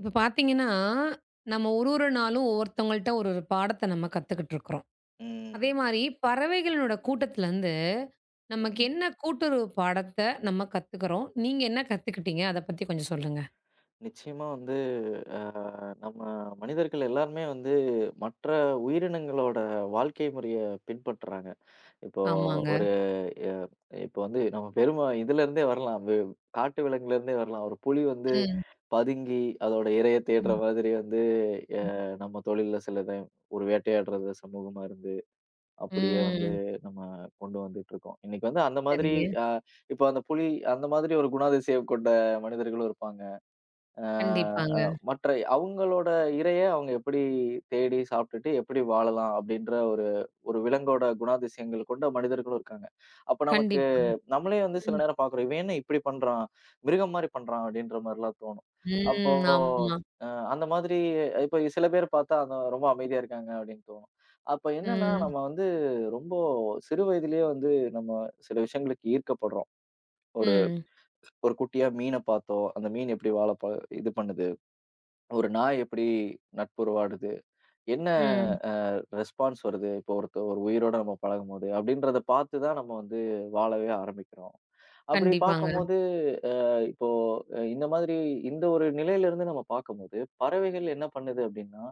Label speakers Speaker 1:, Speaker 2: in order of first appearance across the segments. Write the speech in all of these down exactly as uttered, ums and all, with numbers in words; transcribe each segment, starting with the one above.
Speaker 1: இப்ப பார்த்தீங்கன்னா, நம்ம ஒரு ஒரு நாளும் ஒவ்வொருத்தவங்கள்ட்ட ஒரு ஒரு பாடத்த நம்ம கத்துக்கிட்டு இருக்கிறோம். அதே
Speaker 2: ம்,
Speaker 1: மாரி பறவைகளோட கூட்டத்துலருந்து நமக்கு
Speaker 2: ம்.
Speaker 1: என்ன கூட்டுறவு பாடத்த நம்ம கத்துக்கிறோம்? நீங்க என்ன கத்துக்கிட்டீங்க? அத பத்தி கொஞ்சம் சொல்லுங்க.
Speaker 2: நிச்சயமா வந்து அ நம்ம மனிதர்கள் எல்லாருமே வந்து மற்ற உயிரினங்களோட வாழ்க்கை முறைய பின்பற்றுறாங்க. இப்போ
Speaker 1: ஆமாங்க.
Speaker 2: ஒரு எ இப்போ வந்து நம்ம பெரும இதுலருந்தே வரலாம். வெ காட்டு விலங்குலேருந்தே வரலாம். ஒரு புலி வந்து
Speaker 1: ம்.
Speaker 2: பதுங்கி அதோட இரைய தேடுற
Speaker 1: ம்.
Speaker 2: மாதிரி வந்து எ
Speaker 1: ம்.
Speaker 2: நம்ம தொழில்ல சிலது ஒரு வேட்டையாடுறது சமூகமா இருந்து அப்படியே வந்து
Speaker 1: ம்.
Speaker 2: நம்ம கொண்டு வந்துட்டுருக்கோம். இன்னைக்கு வந்து அந்த மாதிரி
Speaker 1: சரிங்க.
Speaker 2: அ இப்போ அந்த புலி அந்த மாதிரி ஒரு குணாதிசயம் கொண்ட மனிதர்களும் இருப்பாங்க. அ அ
Speaker 1: கண்டிப்பாங்க.
Speaker 2: மற்ற அவங்களோட இரைய அவங்க எப்படி தேடி சாப்பிட்டுட்டு எப்படி வாழலாம் அப்படின்ற ஒரு ஒரு விலங்கோட குணாதிசயங்கள் கொண்ட மனிதர்களும் இருக்காங்க. அப்ப நமக்கு
Speaker 1: கண்டிப்பா.
Speaker 2: நம்மளே வந்து சில
Speaker 1: ம்.
Speaker 2: நேரம் பார்க்குறோம். இவன் என்ன இப்படி பண்றான்? மிருகம் மாரி பண்றான் அப்படின்ற மாரிலாம் தோணும். அப்போ
Speaker 1: ம். ஆமா.
Speaker 2: அ அந்த மாதிரி இப்ப சில பேர் பார்த்தா அந்த ரொம்ப அமைதியா இருக்காங்க அப்படின்னு தோணும். அப்ப என்னன்னா
Speaker 1: ம்.
Speaker 2: நம்ம வந்து ரொம்ப சிறு வயதிலேயே வந்து நம்ம சில விஷயங்களுக்கு ஈர்க்கப்படுறோம். ஒரு
Speaker 1: ம்.
Speaker 2: ஒரு குட்டியா மீன பார்த்தோம். அந்த மீன் எப்படி வாழ ப இது பண்ணுது. ஒரு நாய் எப்படி நட்புறவாடுது? என்ன
Speaker 1: ம்.
Speaker 2: அ ரெஸ்பான்ஸ் வருது? இப்போ ஒருத்த ஒரு உயிரோட நம்ம பழகும்போது, அப்படின்றத பார்த்து தான் நம்ம வந்து வாழவே ஆரம்பிக்கிறோம். அப்படி
Speaker 1: கண்டிப்பாங்க.
Speaker 2: பார்க்கும்போது, இப்போ அ இந்த மாதிரி இந்த ஒரு நிலையிலிருந்து நம்ம பார்க்கும்போது, பறவைகள் என்ன பண்ணுது அப்படின்னா,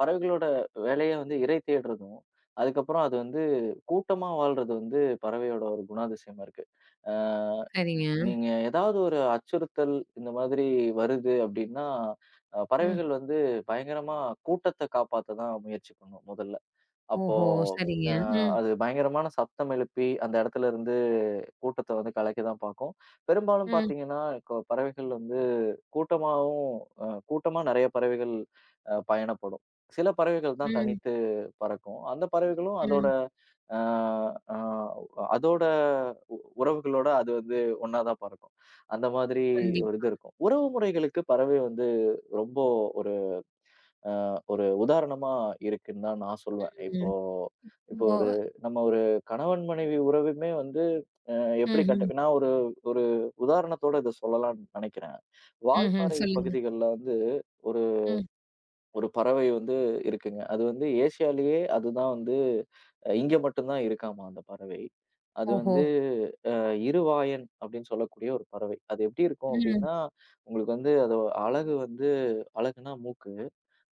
Speaker 2: பறவைகளோட வேலையே வந்து இரை தேடுறதும், அதுக்கப்புறம் அது வந்து கூட்டமா வாழ்றது வந்து பறவையோட ஒரு குணாதிசயமா இருக்கு. அ
Speaker 1: சரிங்க.
Speaker 2: நீங்க ஏதாவது ஒரு அச்சுறுத்தல் இந்த மாதிரி வருது அப்டின்னா, அ
Speaker 1: ம்.
Speaker 2: பறவைகள் வந்து பயங்கரமா கூட்டத்த காப்பாத்த தான் முயற்சி பண்ணும் முதல்ல. அப்போ
Speaker 1: ஓஹோ! சரிங்க.
Speaker 2: ஆ
Speaker 1: ம்.
Speaker 2: அது பயங்கரமான சத்தம் எழுப்பி, அந்த இடத்துல இருந்து கூட்டத்த வந்து கலைக்க தான் பாக்கும். பெரும்பாலும்
Speaker 1: ம்.
Speaker 2: பாத்தீங்கன்னா, இப்போ பறவைகள் வந்து கூட்டமாவும் அ கூட்டமா நெறைய பறவைகள் அ பயணப்படும். சில பறவைகள் தான்
Speaker 1: ம்.
Speaker 2: தனித்து பறக்கும். அந்த பறவைகளும் அதோட
Speaker 1: ம்.
Speaker 2: ஆ ஆ அதோட உ உறவுகளோட அது வந்து ஒண்ணா தான் பறக்கும். அந்த மாதிரி ஒரு
Speaker 1: கண்டிப்பா.
Speaker 2: இது இருக்கும். உறவு முறைகளுக்கு பறவை வந்து ரொம்ப ஒரு ஒரு உதாரணமா இருக்குன்னு தான் நான் சொல்லுவேன். இப்போ
Speaker 1: ம்.
Speaker 2: இப்போ
Speaker 1: ஓ!
Speaker 2: ஒரு நம்ம ஒரு கணவன் மனைவி உறவுமே வந்து எப்படி
Speaker 1: ம்ஹ்ம்.
Speaker 2: கட்ட நான் ஒரு ஒரு உதாரணத்தோட இத சொல்லலாம்ன்னு நெனைக்கிறேன்.
Speaker 1: ம்ஹ்ம்.
Speaker 2: வால்பாறை
Speaker 1: சொல்லுங்க.
Speaker 2: பகுதிகள்ல வந்து ஒரு
Speaker 1: ம்.
Speaker 2: ஒரு பறவை வந்து இருக்குங்க. அது வந்து ஏசியாலேயே அதுதான் வந்து அஹ், இங்க மட்டும் தான் இருக்காமா அந்த பறவை. அது
Speaker 1: ஓஹோ!
Speaker 2: வந்து அஹ், இருவாயன் அப்படின்னு சொல்லக்கூடிய ஒரு பறவை. அது எப்படி இருக்கும்
Speaker 1: ம்.
Speaker 2: அப்படின்னா, உங்களுக்கு வந்து அதோட அலகு வந்து அலகுனா மூக்கு.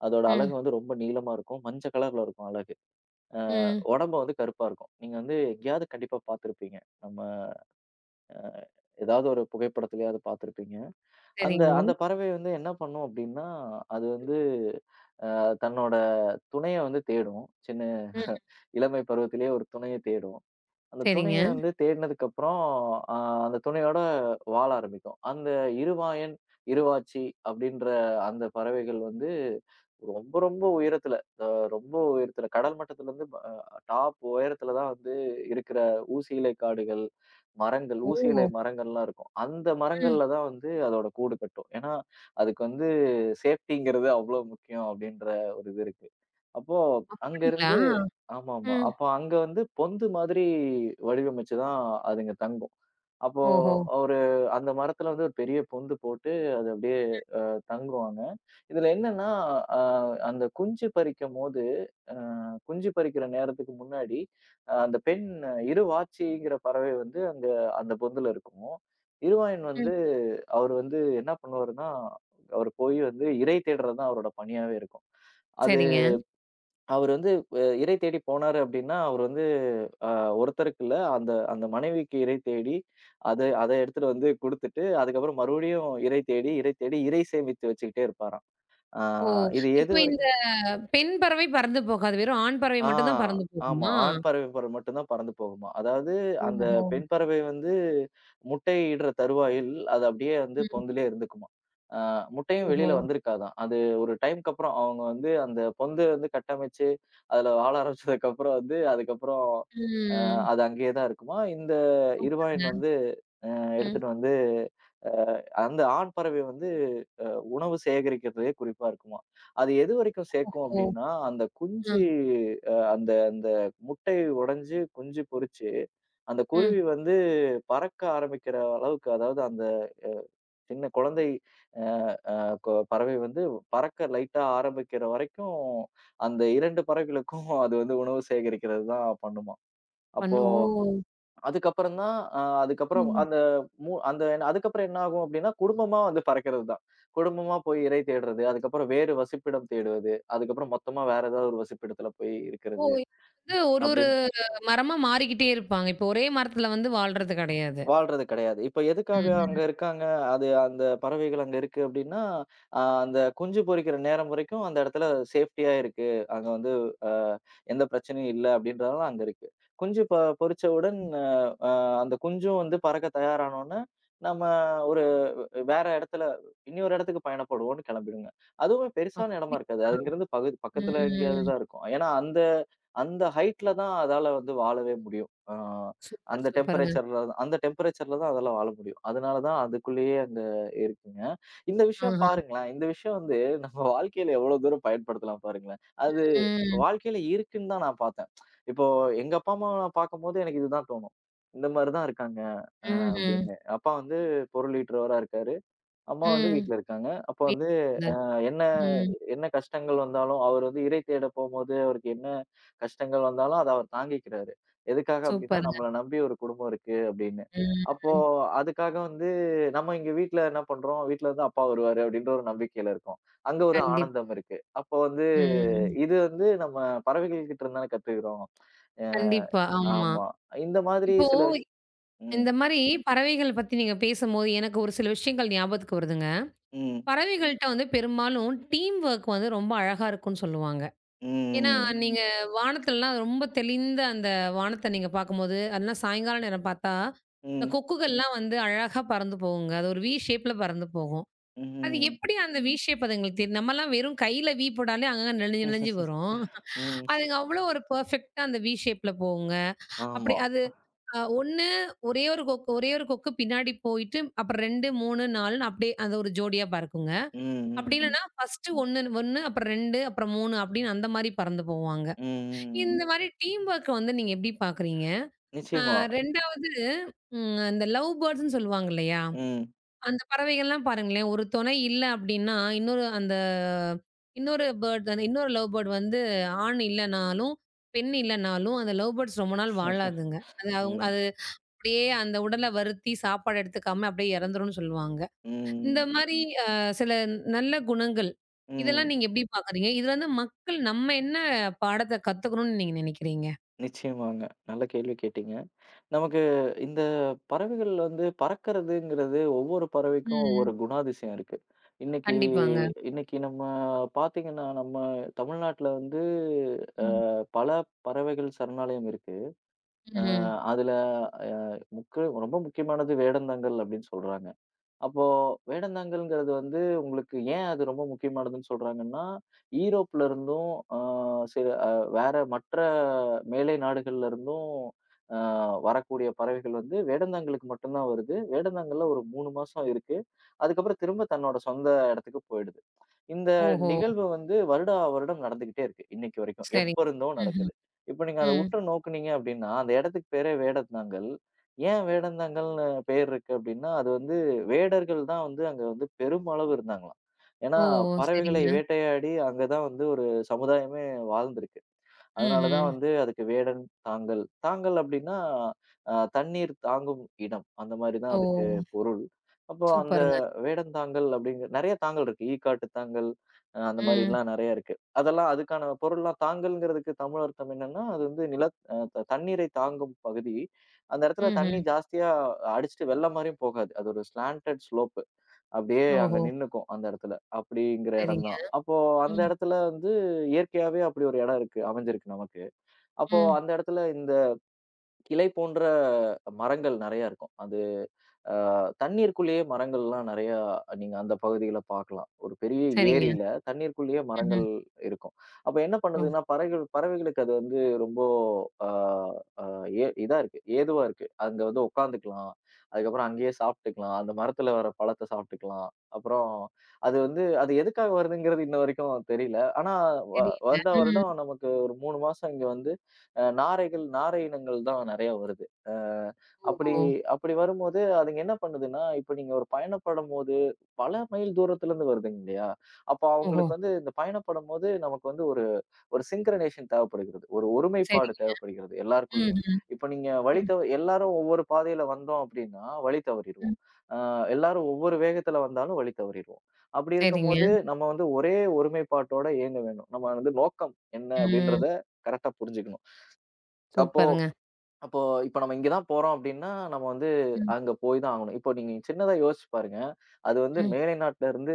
Speaker 2: அதோட
Speaker 1: ம்.
Speaker 2: அலகு வந்து ரொம்ப நீளமா இருக்கும். மஞ்ச கலர்ல இருக்கும் அலகு.
Speaker 1: ம்.
Speaker 2: உடம்பு வந்து கருப்பா இருக்கும். நீங்க வந்து எங்கேயாவது கண்டிப்பா பார்த்திருப்பீங்க. நம்ம ஏதாவது ஒரு புகைப்படத்திலயாவது பார்த்திருப்பீங்க. அந்த
Speaker 1: சரிங்க.
Speaker 2: அந்த பறவை வந்து என்ன பண்ணும் அப்படின்னா, அது வந்து அ தன்னோட துணைய வந்து தேடும். சின்ன
Speaker 1: ம்.
Speaker 2: இளமை பருவத்திலேயே ஒரு துணைய தேடும். அந்த
Speaker 1: சரிங்க.
Speaker 2: துணைய வந்து தேடினதுக்கு அப்புறம், அ அந்த துணையோட வாழ ஆரம்பிக்கும். அந்த இருவாயன், இருவாச்சி அப்படின்ற அந்த பறவைகள் வந்து ரொம்ப ரொம்ப உயரத்துல, அ ரொம்ப உயரத்துல கடல் மட்டத்துல இருந்து அ டாப் உயரத்துல தான் வந்து இருக்கிற ஊசியிலை காடுகள், மரங்கள், ஊசியிலை
Speaker 1: ஓ!
Speaker 2: மரங்கள்லாம் இருக்கும். அந்த
Speaker 1: ம்.
Speaker 2: மரங்கள்ல தான் வந்து அதோட கூடு கட்டும். ஏன்னா, அதுக்கு வந்து சேஃப்டிங்கிறது அவ்ளோ முக்கியம் அப்டின்ற ஒரு இது இருக்கு. அப்போ
Speaker 1: அப்படிங்களா?
Speaker 2: அங்கருந்து ஆமாமா.
Speaker 1: ம்.
Speaker 2: அப்போ அங்க வந்து பொந்து மாதிரி வடிவமைச்சு தான் அதுங்க தங்கும். அப்போ
Speaker 1: ஓஹோ!
Speaker 2: ஒரு அந்த மரத்துல வந்து ஒரு பெரிய பொந்து போட்டு அது அப்டியே தங்குவாங்க. இதுல என்னன்னா, அ அந்த குஞ்சு பறிக்கும்போது, அ குஞ்சு பறிக்கிற நேரத்துக்கு முன்னாடி, அ அந்த பெண் இருவாச்சிங்கிற பறவை வந்து அங்க அந்த பொந்துல இருக்கும். இருவாயன்
Speaker 1: ம்.
Speaker 2: வந்து அவரு வந்து என்ன பண்ணுவாருன்னா, அவரு போய் வந்து இரை தேடுறது தான் அவரோட பணியாவே இருக்கும். அது
Speaker 1: சரிங்க.
Speaker 2: அவரு வந்து அ இரை தேடி போனாரு அப்படின்னா, அவரு வந்து அ ஒருத்தருக்கு இல்ல, அந்த அந்த மனைவிக்கு இரை தேடி, அத அத எடுத்துட்டு வந்து குடுத்துட்டு, அதுக்கப்புறம் மறுபடியும் இரை தேடி, இரை தேடி, இரை சேமித்து வச்சுக்கிட்டே இருப்பாராம். ஆ
Speaker 1: ஓ!
Speaker 2: இது எது
Speaker 1: இப்போ இந்த
Speaker 2: வரைக்கும்?
Speaker 1: பெண் பறவை பறந்து போகாது. வெறும் ஆண் பறவை
Speaker 2: ஆ
Speaker 1: மட்டும் தான் பறந்து
Speaker 2: ஆமா.
Speaker 1: போகுமா?
Speaker 2: ஆண் பறவை போல மட்டும் தான் பறந்து போகுமாம். அதாவது அந்த
Speaker 1: ஓஹோ!
Speaker 2: பெண் பறவை வந்து முட்டையிடுற தருவாயில், அது அப்படியே வந்து
Speaker 1: ம்.
Speaker 2: பொந்துலயே இருந்துக்குமாம். ஆ முட்டையும்
Speaker 1: ஓஹோ!
Speaker 2: வெளியில வந்திருக்காதாம். அது ஒரு டைம்க்கு அப்புறம் அவங்க வந்து அந்த பொந்து வந்து கட்டமைச்சு, அதுல வாழ ஆரம்பிச்சதுக்கப்புறம் வந்து, அதுக்கப்புறம் அ
Speaker 1: ம்.
Speaker 2: அது அங்கேயே தான் இருக்குமாம். இந்த
Speaker 1: சூப்பருங்க.
Speaker 2: இருவாயன் வந்து
Speaker 1: ம்.
Speaker 2: எடுத்துட்டு வந்து, அ அந்த ஆண் பறவை வந்து உணவு சேகரிக்கிறதே குறிப்பா இருக்குமாம். அது எது வரைக்கும் சேர்க்கும்
Speaker 1: ஓஹோ!
Speaker 2: அப்டின்னா, அந்த குஞ்சு
Speaker 1: ம்.
Speaker 2: அ அந்த அந்த முட்டை உடைஞ்சு குஞ்சு பொரிச்சு, அந்த
Speaker 1: ம்.
Speaker 2: குருவி வந்து பறக்க ஆரம்பிக்கிற அளவுக்கு அதாவது அந்த சின்ன குழந்தை அ அ கொ பறவை வந்து பறக்க லைட்டா ஆரம்பிக்கிற வரைக்கும், அந்த இரண்டு பறவைகளுக்கும் அது வந்து உணவு சேகரிக்கிறது தான் பண்ணுமாம். அப்போ
Speaker 1: பண்ணு ஓ!
Speaker 2: அதுக்கப்புறம் தான் அ அதுக்கப்புறம்
Speaker 1: ம்.
Speaker 2: அந்த மூ அந்த என்ன- அதுக்கப்புறம் என்ன ஆகும் அப்டின்னா, குடும்பமா வந்து பறக்கிறது தான். குடும்பமா போய் இரை தேடுறது, அதுக்கப்புறம் வேறு வசிப்பிடம் தேடுவது, அதுக்கப்புறம் மொத்தமா வேற ஏதாவது ஒரு வசிப்பிடத்துல போய்
Speaker 1: ஓ!
Speaker 2: இருக்கிறது
Speaker 1: இது வந்து ஒரு ஒரு
Speaker 2: அப்டின்னு
Speaker 1: மரமா மாறிக்கிட்டே இருப்பாங்க. இப்போ ஒரே மரத்துல வந்து வாழ்றது கிடையாது.
Speaker 2: வாழ்றது கிடையாது. இப்ப எதுக்காக
Speaker 1: ம்.
Speaker 2: அங்க இருக்காங்க? அது அந்த பறவைகள் அங்க இருக்கு அப்டின்னா, அ அந்த குஞ்சு பொரிக்கிற நேரம் வரைக்கும் அந்த இடத்துல சேஃப்டியா இருக்கு. அங்க வந்து அ எந்த பிரச்சனையும் இல்ல அப்டின்றதால அங்க இருக்கு. குஞ்சு ப பொரிச்சவுடன் அ அந்த குஞ்சும் வந்து பறக்க தயாரானோன, நம்ம ஒரு வேற இடத்துல இன்னொரு இடத்துக்கு பயணப்படுவோம்ன்னு கிளம்பிடுங்க. அதுவுமே பெருசான இடமா இருக்காது.
Speaker 1: அப்படியா?
Speaker 2: அங்கிருந்து பகுதி பக்கத்துல எங்கேயாவது
Speaker 1: ம்.
Speaker 2: தான் இருக்கும். ஏன்னா அந்த அந்த ஹைட்ல தான் அதால வந்து வாழவே முடியும். அ
Speaker 1: சூப்பர்,
Speaker 2: அந்த
Speaker 1: சூப்பருங்க.
Speaker 2: டெம்பரேச்சர்ல அந்த டெம்பரேச்சர்ல தான் அதால வாழ முடியும். அதனால தான் அதுக்குள்ளேயே அங்க இருக்குங்க. இந்த விஷயம்
Speaker 1: ஆஹா.
Speaker 2: பாருங்களேன். இந்த விஷயம் வந்து நம்ம வாழ்க்கையில எவ்வளோ தூரம் பயன்படுத்தலாம் பாருங்களேன். அது
Speaker 1: ம்.
Speaker 2: வாழ்க்கையில இருக்குன்னு தான் நான் பார்த்தேன். இப்போ எங்க அப்பா அம்மாவ நான் பார்க்கும்போது எனக்கு இதுதான் தோணும். இந்த மாரி தான் இருக்காங்க
Speaker 1: ம்ஹ்ம்.
Speaker 2: அப்படின்னு. அப்பா வந்து பொருள் ஈட்டுறவரா இருக்காரு. அம்மா வந்து
Speaker 1: ம்.
Speaker 2: வீட்ல இருக்காங்க. அப்ப வந்து
Speaker 1: வீட்ல.
Speaker 2: அஹ், என்ன
Speaker 1: ம்.
Speaker 2: என்ன கஷ்டங்கள் வந்தாலும், அவர் வந்து இறை தேட போம்போது, அவருக்கு என்ன கஷ்டங்கள் வந்தாலும், அத அவர் தாங்கிக்கிறாரு. எதுக்காக அப்டின்னா,
Speaker 1: சூப்பருங்க.
Speaker 2: நம்மள நம்பி ஒரு குடும்பம் இருக்கு அப்டின்னு. அப்போ
Speaker 1: ம்.
Speaker 2: அதுக்காக வந்து நம்ம இங்க வீட்ல என்ன பண்றோம், வீட்ல இருந்து அப்பா வருவாரு அப்டின்ற ஒரு நம்பிக்கையில இருக்கோம். அங்க ஒரு
Speaker 1: கண்டிப்பா.
Speaker 2: ஆனந்தம் இருக்கு. அப்போ வந்து
Speaker 1: ம்.
Speaker 2: இது வந்து நம்ம பறவைகள் கிட்ட இருந்தான கத்துக்கிறோம். அ
Speaker 1: கண்டிப்பா. ஆமா.
Speaker 2: ஆமா. இந்த மாதிரி
Speaker 1: இப்போ
Speaker 2: சில ம்,
Speaker 1: இந்த மாரி பறவைகள் பத்தி நீங்க பேசும்போது, எனக்கு ஒரு சில விஷயங்கள் ஞாபகத்துக்கு வருதுங்க.
Speaker 2: ம்,
Speaker 1: பறவைகள்ட்ட வந்து பெரும்பாலும் டீம் வொர்க் வந்து ரொம்ப அழகா இருக்குன்னு சொல்லுவாங்க. ஏன்னா,
Speaker 2: ம்,
Speaker 1: நீங்க வானத்துலலாம் ரொம்ப தெளிந்த அந்த வானத்த நீங்க பார்க்கும்போது, அதெல்லாம் சாயங்காலம் நேரம் பார்த்தா, இந்த
Speaker 2: ம்,
Speaker 1: கொக்குகள்லாம் வந்து அழகா பறந்து போகுங்க. அது ஒரு வி ஷேப்ல பறந்து போகும். அது
Speaker 2: ம்,
Speaker 1: எப்படி அந்த வி ஷேப் அது எங்களுக்கு தெரியும். நம்மலாம் வெறும் கையில வி போட்டாலே அங்கங்க நெளிஞ்சு
Speaker 2: ம்.
Speaker 1: நெளிஞ்சு வரும்.
Speaker 2: ம்.
Speaker 1: அதுங்க அவ்வளோ ஒரு பெர்ஃபெக்ட்டா அந்த வி ஷேப்ல போகுங்க. அப்படி
Speaker 2: ஆமா.
Speaker 1: அது அ ஒன்று ஒரே ஒரு கொக்கு ஒரே ஒரு கொக்கு பின்னாடி போயிட்டு, அப்புறம் இரண்டு, மூன்று, 4ன்னு அப்படியே அது ஒரு ஜோடியா பறக்குங்க.
Speaker 2: ம், ம்,
Speaker 1: அப்படி
Speaker 2: ம்.
Speaker 1: இல்லன்னா ஃபர்ஸ்ட்டு ஒன்று, ஒன்று அப்புறம் இரண்டு அப்புறம் மூன்று அப்படின்னு அந்த மாரி பறந்து போவாங்க.
Speaker 2: ம், ம்.
Speaker 1: இந்த
Speaker 2: ம்.
Speaker 1: மாரி டீம் வொர்க்க வந்து நீங்க எப்படி பார்க்குறீங்க? அ
Speaker 2: நிச்சயமா.
Speaker 1: இரண்டாவது ம் இந்த லவ் பேர்ட்ஸ்ன்னு சொல்லுவாங்க இல்லையா?
Speaker 2: ம்,
Speaker 1: அந்த பறவைகள்லாம் பாருங்களேன், ஒரு துணை இல்ல அப்டின்னா, இன்னொரு அந்த இன்னொரு பேர்ட் அந்த இன்னொரு லவ் பேர்ட் வந்து ஆண் இல்லனாலும், பெண் இல்லனாலும் அந்த லவ் பேர்ட்ஸ் ரொம்ப நாள் வாழாதுங்க. அது அவுங்
Speaker 2: ம்,
Speaker 1: அது அப்டியே அந்த உடல வருத்தி சாப்பாடு எடுத்துக்காம அப்டியே இறந்துரும்னு சொல்லுவாங்க. இந்த
Speaker 2: ம்,
Speaker 1: மாரி அ சில நல்ல குணங்கள், இதெல்லாம்
Speaker 2: ம்.
Speaker 1: நீங்க எப்டி பாக்குறீங்க? இதுலருந்து மக்கள் நம்ம என்ன பாடத்த கத்துக்கணும்னு நீங்க நினைக்கிறீங்க?
Speaker 2: நிச்சயமாங்க. நல்ல கேள்வி கேட்டீங்க. நமக்கு இந்த பறவைகள் வந்து பறக்கிறதுங்கிறது ஒவ்வொரு பறவைக்கும்
Speaker 1: ம்.
Speaker 2: ஒவ்வொரு குணாதிசயம் இருக்கு. இன்னைக்கு
Speaker 1: கண்டிப்பாங்க.
Speaker 2: இன்னைக்கு நம்ம பார்த்தீங்கன்னா, நம்ம தமிழ்நாட்ல வந்து அ
Speaker 1: ம்.
Speaker 2: பல பறவைகள் சரணாலயம் இருக்கு. அ
Speaker 1: ம்ஹ்ம்.
Speaker 2: அதுல அ முக்க ரொம்ப முக்கியமானது வேடந்தாங்கல் அப்படின்னு சொல்றாங்க. அப்போ வேடந்தாங்கல்ங்கிறது வந்து உங்களுக்கு ஏன் அது ரொம்ப முக்கியமானதுன்னு சொல்றாங்கன்னா, ஈரோப்ல இருந்தும் அ சில அ வேற மற்ற மேலை நாடுகள்ல இருந்தும் அ வரக்கூடிய பறவைகள் வந்து வேடந்தாங்கலுக்கு மட்டும் தான் வருது. வேடந்தாங்கல்ல ஒரு மூணு மாசம் இருக்கு. அதுக்கப்புறம் திரும்ப தன்னோட சொந்த இடத்துக்கு போயிடுது. இந்த
Speaker 1: ஓஹோ!
Speaker 2: நிகழ்வு வந்து வருடா வருடம் நடந்துகிட்டே இருக்கு இன்னைக்கு வரைக்கும்.
Speaker 1: சரி.
Speaker 2: எப்ப இருந்தோ
Speaker 1: ம்ஹ்ம்.
Speaker 2: நடக்குது. இப்ப நீங்க அத
Speaker 1: ம்.
Speaker 2: உற்று நோக்குனீங்க அப்படின்னா, அந்த இடத்துக்கு பேரே வேடந்தாங்கல். ஏன் வேடந்தாங்கல்னு பேர் இருக்கு அப்படின்னா, அது வந்து வேடர்கள் தான் வந்து அங்க வந்து பெருமளவு இருந்தாங்களாம். ஏன்னா,
Speaker 1: ஓ!
Speaker 2: பறவைகளை
Speaker 1: சரிங்க.
Speaker 2: வேட்டையாடி அங்க தான் வந்து ஒரு சமுதாயமே வாழ்ந்திருக்கு. அதனால தான்
Speaker 1: ம்ஹ்ம்.
Speaker 2: வந்து அதுக்கு வேடன், தாங்கல். தாங்கல் அப்டின்னா, அ தண்ணீர் தாங்கும் இடம். அந்த மாரி தான்
Speaker 1: ஓ!
Speaker 2: அதுக்கு பொருள். அப்போ அந்த
Speaker 1: சூப்பருங்க.
Speaker 2: வேடன் தாங்கல் அப்படிங்கிற நெறைய தாங்கல் இருக்கு. ஈக்காட்டு தாங்கல், அ அந்த
Speaker 1: ம்.
Speaker 2: மாரிலாம் நெறைய இருக்கு. அதெல்லாம் அதுக்கான பொருள்லாம் தாங்கல்ங்கிறதுக்கு தமிழ் அர்த்தம் என்னன்னா, அது வந்து நில அ த தண்ணீரை தாங்கும் பகுதி. அந்த இடத்துல
Speaker 1: ம்ஹ்ம்.
Speaker 2: தண்ணி ஜாஸ்தியா அடிச்சுட்டு வெள்ளம் மாரியும் போகாது. அது ஒரு ஸ்லான்டட் ஸ்லோப். அப்படியே அங்க
Speaker 1: ஓஹோ!
Speaker 2: நின்னுக்கும் அந்த இடத்துல. அப்படிங்கிற இடம்
Speaker 1: சரிங்க.
Speaker 2: தான். அப்போ அந்த
Speaker 1: ம்,
Speaker 2: இடத்துல வந்து இயற்கையாவே அப்படி ஒரு இடம் இருக்கு, அமைஞ்சிருக்கு நமக்கு. அப்போ
Speaker 1: ம்.
Speaker 2: அந்த இடத்துல இந்த கிளை போன்ற மரங்கள் நெறைய இருக்கும். அது அ தண்ணீருக்குள்ளேயே மரங்கள்லாம் நெறையா நீங்க அந்த பகுதியில பார்க்கலாம். ஒரு பெரிய
Speaker 1: சரிங்க.
Speaker 2: ஏரியில தண்ணீருக்குள்ளேயே
Speaker 1: ம்ஹ்ம்.
Speaker 2: மரங்கள் இருக்கும். அப்ப என்ன
Speaker 1: ஓ!
Speaker 2: பண்ணுதுன்னா, பறவைகள் பறவைகளுக்கு அது வந்து ரொம்ப அ அ ஏ இதா இருக்கு. ஏதுவா இருக்கு. அங்க வந்து உட்காந்துக்கலாம். அதுக்கப்புறம் அங்கேயே சாப்பிட்டுக்கலாம். அந்த மரத்துல வர பழத்த சாப்பிட்டுக்கலாம். அப்புறம் அது வந்து அது எதுக்காக வருதுங்கிறது இன்ன வரைக்கும் தெரியல. ஆனா வ
Speaker 1: தெரியல.
Speaker 2: வருடா
Speaker 1: ம்.
Speaker 2: வருடம் நமக்கு ஒரு மூணு மாசம் இங்க வந்து அ நாரைகள் நாரை இனங்கள் தான் நெறையா வருது. அ அப்படி
Speaker 1: ஓஹோ!
Speaker 2: அப்படி வரும்போது அதுங்க என்ன பண்ணுதுன்னா, இப்ப நீங்க ஒரு பயணப்படும்போது, பல மைல் தூரத்துல இருந்து வருதுங்க இல்லையா? அப்ப
Speaker 1: ஓஹோ!
Speaker 2: அவங்களுக்கு வந்து இந்த பயணப்படும்போது நமக்கு வந்து ஒரு ஒரு சிங்க்ரனைசேஷன் தேவைப்படுகிறது. ஒரு ஒருமைப்பாடு
Speaker 1: சரிங்க.
Speaker 2: தேவைப்படுகிறது எல்லாருக்குள்ளயும்.
Speaker 1: ம்ஹ்ம்.
Speaker 2: இப்ப நீங்க வழி
Speaker 1: ம்,
Speaker 2: தவ எல்லாரும் ஒவ்வொரு பாதையில வந்தோம் அப்படின்னா, வழி தவறிருவோம்.
Speaker 1: ம்.
Speaker 2: அ எல்லாரும் ஒவ்வொரு வேகத்துல வந்தாலும் வழி தவறிருவோம். அப்படி
Speaker 1: சரிங்க.
Speaker 2: இருக்கும்போது, நம்ம வந்து ஒரே ஒருமைப்பாட்டோட இயங்க வேணும். நம்ம வந்து நோக்கம் என்ன
Speaker 1: ம்.
Speaker 2: அப்படின்றத கரெக்ட்டா புரிஞ்சுக்கணும். அப்போ
Speaker 1: சூப்பருங்க.
Speaker 2: அப்போ இப்ப நம்ம இங்க தான் போறோம் அப்டின்னா, நம்ம வந்து
Speaker 1: ம்,
Speaker 2: அங்க போய் தான் ஆகணும். இப்போ நீங்க சின்னதா யோசிச்சு பாருங்க. அது வந்து
Speaker 1: ம்,
Speaker 2: மேலை நாட்டுல இருந்து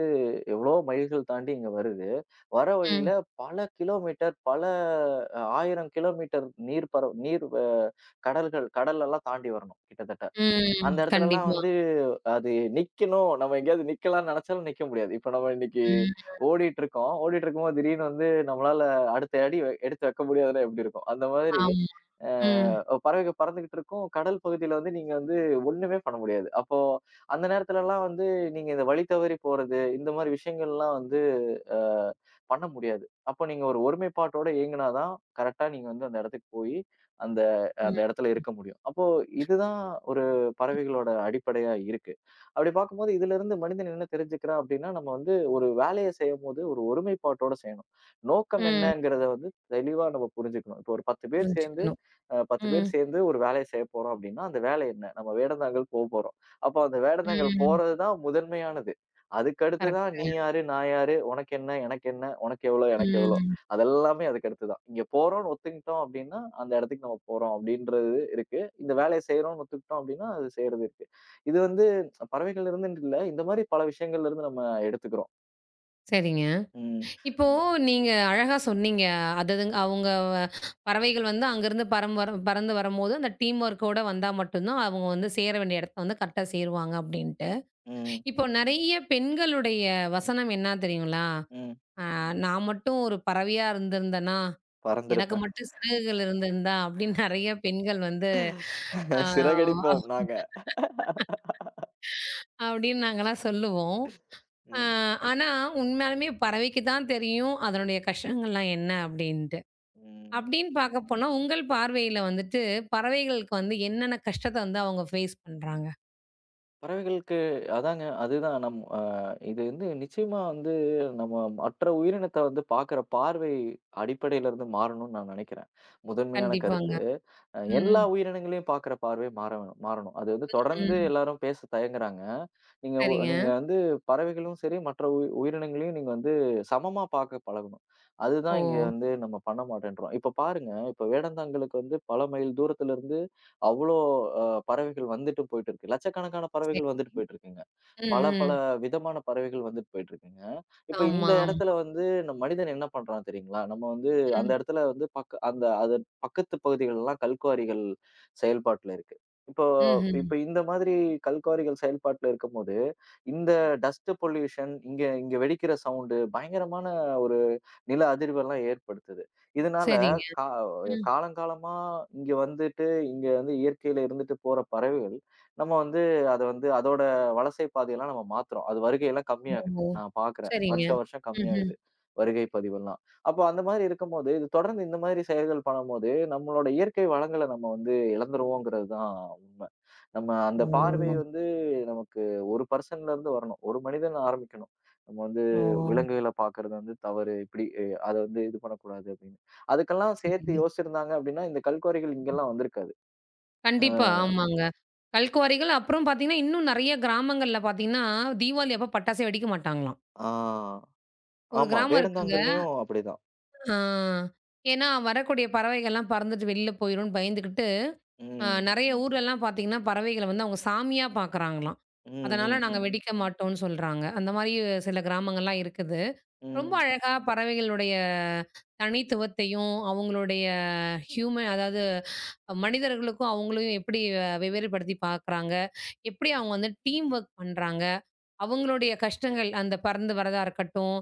Speaker 2: எவ்வளோ மைல்கள் தாண்டி இங்க வருது. வர
Speaker 1: ம்,
Speaker 2: வழியில பல கிலோமீட்டர், பல ஆயிரம் கிலோமீட்டர் நீர் பர நீர் அ கடல்கள் கடல் எல்லாம் தாண்டி வரணும் கிட்டத்தட்ட.
Speaker 1: ம்.
Speaker 2: அந்த இடத்துலலாம்
Speaker 1: கண்டிப்பா.
Speaker 2: வந்து அது நிக்கணும். நம்ம எங்கேயாவது நிக்கலாம்ன்னு நெனச்சாலும் நிக்க முடியாது. இப்ப நம்ம இன்னைக்கு
Speaker 1: ம்.
Speaker 2: ஓடிட்டு இருக்கோம். ஓடிட்டு இருக்கும்போது திடீர்னு வந்து நம்மளால அடுத்த அடி வெ- எடுத்து வைக்க முடியாதுன்னா எப்படி இருக்கும்? அந்த மாதிரி
Speaker 1: ஆமா. ம்,
Speaker 2: அ பறவைகள் பறந்துகிட்டு இருக்கும். கடல் பகுதியில வந்து நீங்க வந்து ஒண்ணுமே பண்ண முடியாது. அப்போ அந்த நேரத்துலலாம் வந்து நீங்க இந்த வழி தவறி போறது, இந்த மாரி விஷயங்கள்லாம் அ பண்ண முடியாது. அப்ப நீங்க ஒரு ஒருமைப்பாட்டோட இயங்குனா தான், கரெக்ட்டா நீங்க வந்து அந்த இடத்துக்கு போயி, அந்த
Speaker 1: ம்,
Speaker 2: அந்த இடத்துல இருக்க முடியும். அப்போ இதுதான் ஒரு பறவைகளோட அடிப்படையா இருக்கு. அப்படி பார்க்கும்போது இதிலிருந்து மனிதன் என்ன தெரிஞ்சுக்கிறான் அப்படின்னா, நம்ம வந்து ஒரு வேலைய செய்யும்போது ஒரு ஒருமைப்பாட்டோட செய்யணும். நோக்கம்
Speaker 1: ம்.
Speaker 2: என்னங்கிறத வந்து தெளிவா நம்ம புரிஞ்சுக்கணும். இப்போ ஒரு பத்து பேர் சேர்ந்து
Speaker 1: புரிஞ்சுக்கணும்.
Speaker 2: அ பத்து
Speaker 1: ம்,
Speaker 2: பேர் சேர்ந்து ஒரு வேலைய செய்ய போறோம் அப்படின்னா, அந்த வேலை என்ன? நம்ம வேடந்தாங்கல் போ போறோம். அப்போ அந்த வேடந்தாங்கல்
Speaker 1: ம்.
Speaker 2: போறது தான் முதன்மையானது. அதுக்கடுத்து தான் நீ
Speaker 1: கரெக்ட்டுங்க.
Speaker 2: யாரு? நான் யாரு? உனக்கு என்ன? எனக்கு என்ன? உனக்கு எவ்ளோ? எனக்கு எவ்ளோ?
Speaker 1: ம்.
Speaker 2: அதெல்லாமே அதுக்கடுத்து தான். இங்க போறோம்ன்னு ஒத்துக்கிட்டோம் அப்டின்னா, அந்த இடத்துக்கு நம்ம போறோம் அப்டின்றது இருக்கு. இந்த வேலைய செய்றோம்ன்னு ஒத்துக்கிட்டோம் அப்டின்னா, அது செய்றது இருக்கு. இது வந்து பறவைகள் இருந்துன்ட்டு இல்ல. இந்த மாரி பல விஷயங்கள்ல இருந்து நம்ம எடுத்துக்கிறோம்.
Speaker 1: சரிங்க.
Speaker 2: ம்,
Speaker 1: இப்போ நீங்க அழகா சொன்னீங்க. அதது அவங்க பறவைகள் வந்து அங்கருந்து பறம் வர பறந்து வரும்போது, அந்த டீம் ஒர்க்கோட வந்தா மட்டும் தான் அவங்க வந்து சேர வேண்டிய இடத்த வந்து கரெக்ட்டா சேருவாங்க அப்டின்ட்டு.
Speaker 2: ம்,
Speaker 1: இப்போ நெறைய பெண்களுடைய வசனம் என்னா தெரியுங்களா?
Speaker 2: ம்.
Speaker 1: அ நான் மட்டும் ஒரு பறவையா இருந்திருந்தேனா, எனக்கு
Speaker 2: பறந்திருப்பேன்.
Speaker 1: மட்டும் சிறகுகள் இருந்திருந்தா அப்டின்னு நெறைய பெண்கள் வந்து ஆ
Speaker 2: சிறகடிப்போம் நாங்க.
Speaker 1: அப்டின்னு நாங்கலாம் சொல்லுவோம். அ
Speaker 2: ம்,
Speaker 1: ஆனா உண்மையாலுமே பறவைக்கு தான் தெரியும் அதனுடைய கஷ்டங்கள்லாம் என்ன அப்டின்ட்டு.
Speaker 2: ம்.
Speaker 1: அப்படின்னு பார்க்க போனா, உங்கள் பார்வையில வந்துட்டு, பறவைகளுக்கு வந்து என்னென்ன கஷ்டத்த வந்து அவங்க ஃபேஸ் பண்றாங்க?
Speaker 2: பறவைகளுக்கு அதாங்க. அதுதான் நம் அ இது வந்து நிச்சயமா வந்து நம்ம மற்ற உயிரினத்த வந்து பார்க்குற பார்வை அடிப்படையில இருந்து மாறணும்னு நான் நினைக்கிறேன். முதன்மையான
Speaker 1: கண்டிப்பாங்க.
Speaker 2: கருத்து. அ
Speaker 1: ம்,
Speaker 2: எல்லா உயிரினங்களையும் பார்க்குற பார்வை மாற வேணும்- மாறணும். அது வந்து தொடர்ந்து
Speaker 1: ம்.
Speaker 2: எல்லாரும் பேச தயங்குறாங்க. நீங்க ஒ நீங்க
Speaker 1: சரிங்க.
Speaker 2: வந்து பறவைகளும் சரி, மற்ற உயி உயிரினங்களையும் நீங்க வந்து சமமா பார்க்க பழகணும். அதுதான்
Speaker 1: ஓ!
Speaker 2: இங்க வந்து நம்ம பண்ண மாட்டேன்றோம். இப்ப பாருங்க, இப்ப வேடந்தாங்கலுக்கு வந்து பல மைல் தூரத்திலிருந்து அவ்ளோ அ பறவைகள் வந்துட்டு போயிட்டு இருக்கு. லட்சக்கணக்கான
Speaker 1: சரி.
Speaker 2: பறவைகள் வந்துட்டு போயிட்டு இருக்குங்க.
Speaker 1: ம்,
Speaker 2: பல பல
Speaker 1: ம்.
Speaker 2: விதமான பறவைகள் வந்துட்டு போயிட்டு இருக்குங்க. இப்ப
Speaker 1: ஆமா,
Speaker 2: இந்த
Speaker 1: ஆமா.
Speaker 2: இடத்துல வந்து நம் மனிதன் என்ன பண்றான் தெரியுங்களா? நம்ம வந்து அந்த
Speaker 1: ம்.
Speaker 2: இடத்துல வந்து பக்க அந்த அது பக்கத்து பகுதிகள்லாம் கல்குவாரிகள் செயல்பாட்டுல இருக்கு. இப்போ
Speaker 1: ம்ஹ்ம்.
Speaker 2: இப்ப இந்த மாதிரி கல்குவாரிகள் செயல்பாட்டுல இருக்கும்போது, இந்த டஸ்ட் பொல்யூஷன் இங்க இங்க வெடிக்கிற சவுண்ட் பயங்கரமான ஒரு நில அதிர்வெல்லாம் ஏற்படுத்துது. இதனால
Speaker 1: சரிங்க.
Speaker 2: கா
Speaker 1: ம்.
Speaker 2: காலங்காலமா இங்க வந்துட்டு, இங்க வந்து இயற்கையில இருந்துட்டு போற பறவைகள், நம்ம வந்து அத வந்து அதோட வலசை பாதையெல்லாம் நம்ம மாத்துறோம். அது வருகையெல்லாம் கம்மியாகுது.
Speaker 1: ஓ!
Speaker 2: நான் பார்க்குறேன்.
Speaker 1: சரிங்க.
Speaker 2: வருஷா வருஷம்
Speaker 1: ம்ஹ்ம்.
Speaker 2: கம்மியாகுது. வருகை பதிவெல்லாம். அப்போ அந்த மாதிரி இருக்கும்போது, இது தொடர்ந்து இந்த மாதிரி செயல்கள் பண்ணும்போது, நம்மளோட இயற்கை வளங்கள நம்ம வந்து இழந்துருவோங்கிறது தான் உண்ம. நம்ம அந்த பார்வை
Speaker 1: ஓ!
Speaker 2: வந்து நமக்கு ஒரு பெர்சன்ல இருந்து வரணும். ஒரு மனிதன் ஆரம்பிக்கணும். நம்ம வந்து
Speaker 1: ஓ!
Speaker 2: விலங்குகள பார்க்கறது வந்து தவறு. இப்படி அத வந்து இது பண்ணக்கூடாது அப்படின்னு. அதுக்கெல்லாம் சேர்த்து
Speaker 1: சரிங்க.
Speaker 2: யோசிச்சிருந்தாங்க அப்படின்னா, இந்த கல்குவாரிகள்
Speaker 1: ம்.
Speaker 2: இங்கெல்லாம் வந்திருக்காது. அ,
Speaker 1: கண்டிப்பா. ஆமாங்க. கல்குவாரிகள் அப்புறம் பார்த்தீங்கன்னா, இன்னும் நெறைய கிராமங்கள்ல பார்த்தீங்கன்னா, தீபாவளி அப்ப பட்டாசே வெடிக்க மாட்டாங்களாம்.
Speaker 2: ஆ,
Speaker 1: ஒரு
Speaker 2: ஆமா.
Speaker 1: கிராமம் இருக்குங்க.
Speaker 2: வேடந்தாங்கல்லையும் அப்படிதான்.
Speaker 1: ஆ. ஏன்னா, வரக்கூடிய பறவைகள்லாம் பறந்துட்டு வெளில போயிரும்ன்னு பயந்துகிட்டு, அ
Speaker 2: ம்.
Speaker 1: நெறைய ஊர்லலாம் பார்த்தீங்கன்னா, பறவைகள வந்து அவங்க சாமியா பார்க்குறாங்களாம்.
Speaker 2: ம்,
Speaker 1: அதனால
Speaker 2: ம்,
Speaker 1: நாங்க ம்.
Speaker 2: ம்,
Speaker 1: வெடிக்க மாட்டோம்ன்னு சொல்றாங்க. அந்த மாரி சில கிராமங்கள்லாம் இருக்குது. ரொம்ப
Speaker 2: ம்.
Speaker 1: அழகா பறவைகளுடைய தனித்துவத்தையும், அவங்களுடைய ஹியூமன் அதாவது மனிதர்களுக்கும் அவங்களையும் எப்படி அஹ், வெவ்வேறுபடுத்தி பார்க்குறாங்க, எப்படி அவங்க வந்து டீம் ஒர்க் பண்றாங்க, அவங்களுடைய கஷ்டங்கள் அந்த பறந்து வரதா இருக்கட்டும்,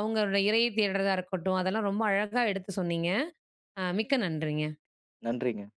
Speaker 1: அவங்களோட இரையை தேடுறதா இருக்கட்டும், அதெல்லாம் ரொம்ப அழகா எடுத்து சொன்னீங்க. ஆ மிக்க நன்றிங்க.
Speaker 2: நன்றிங்க.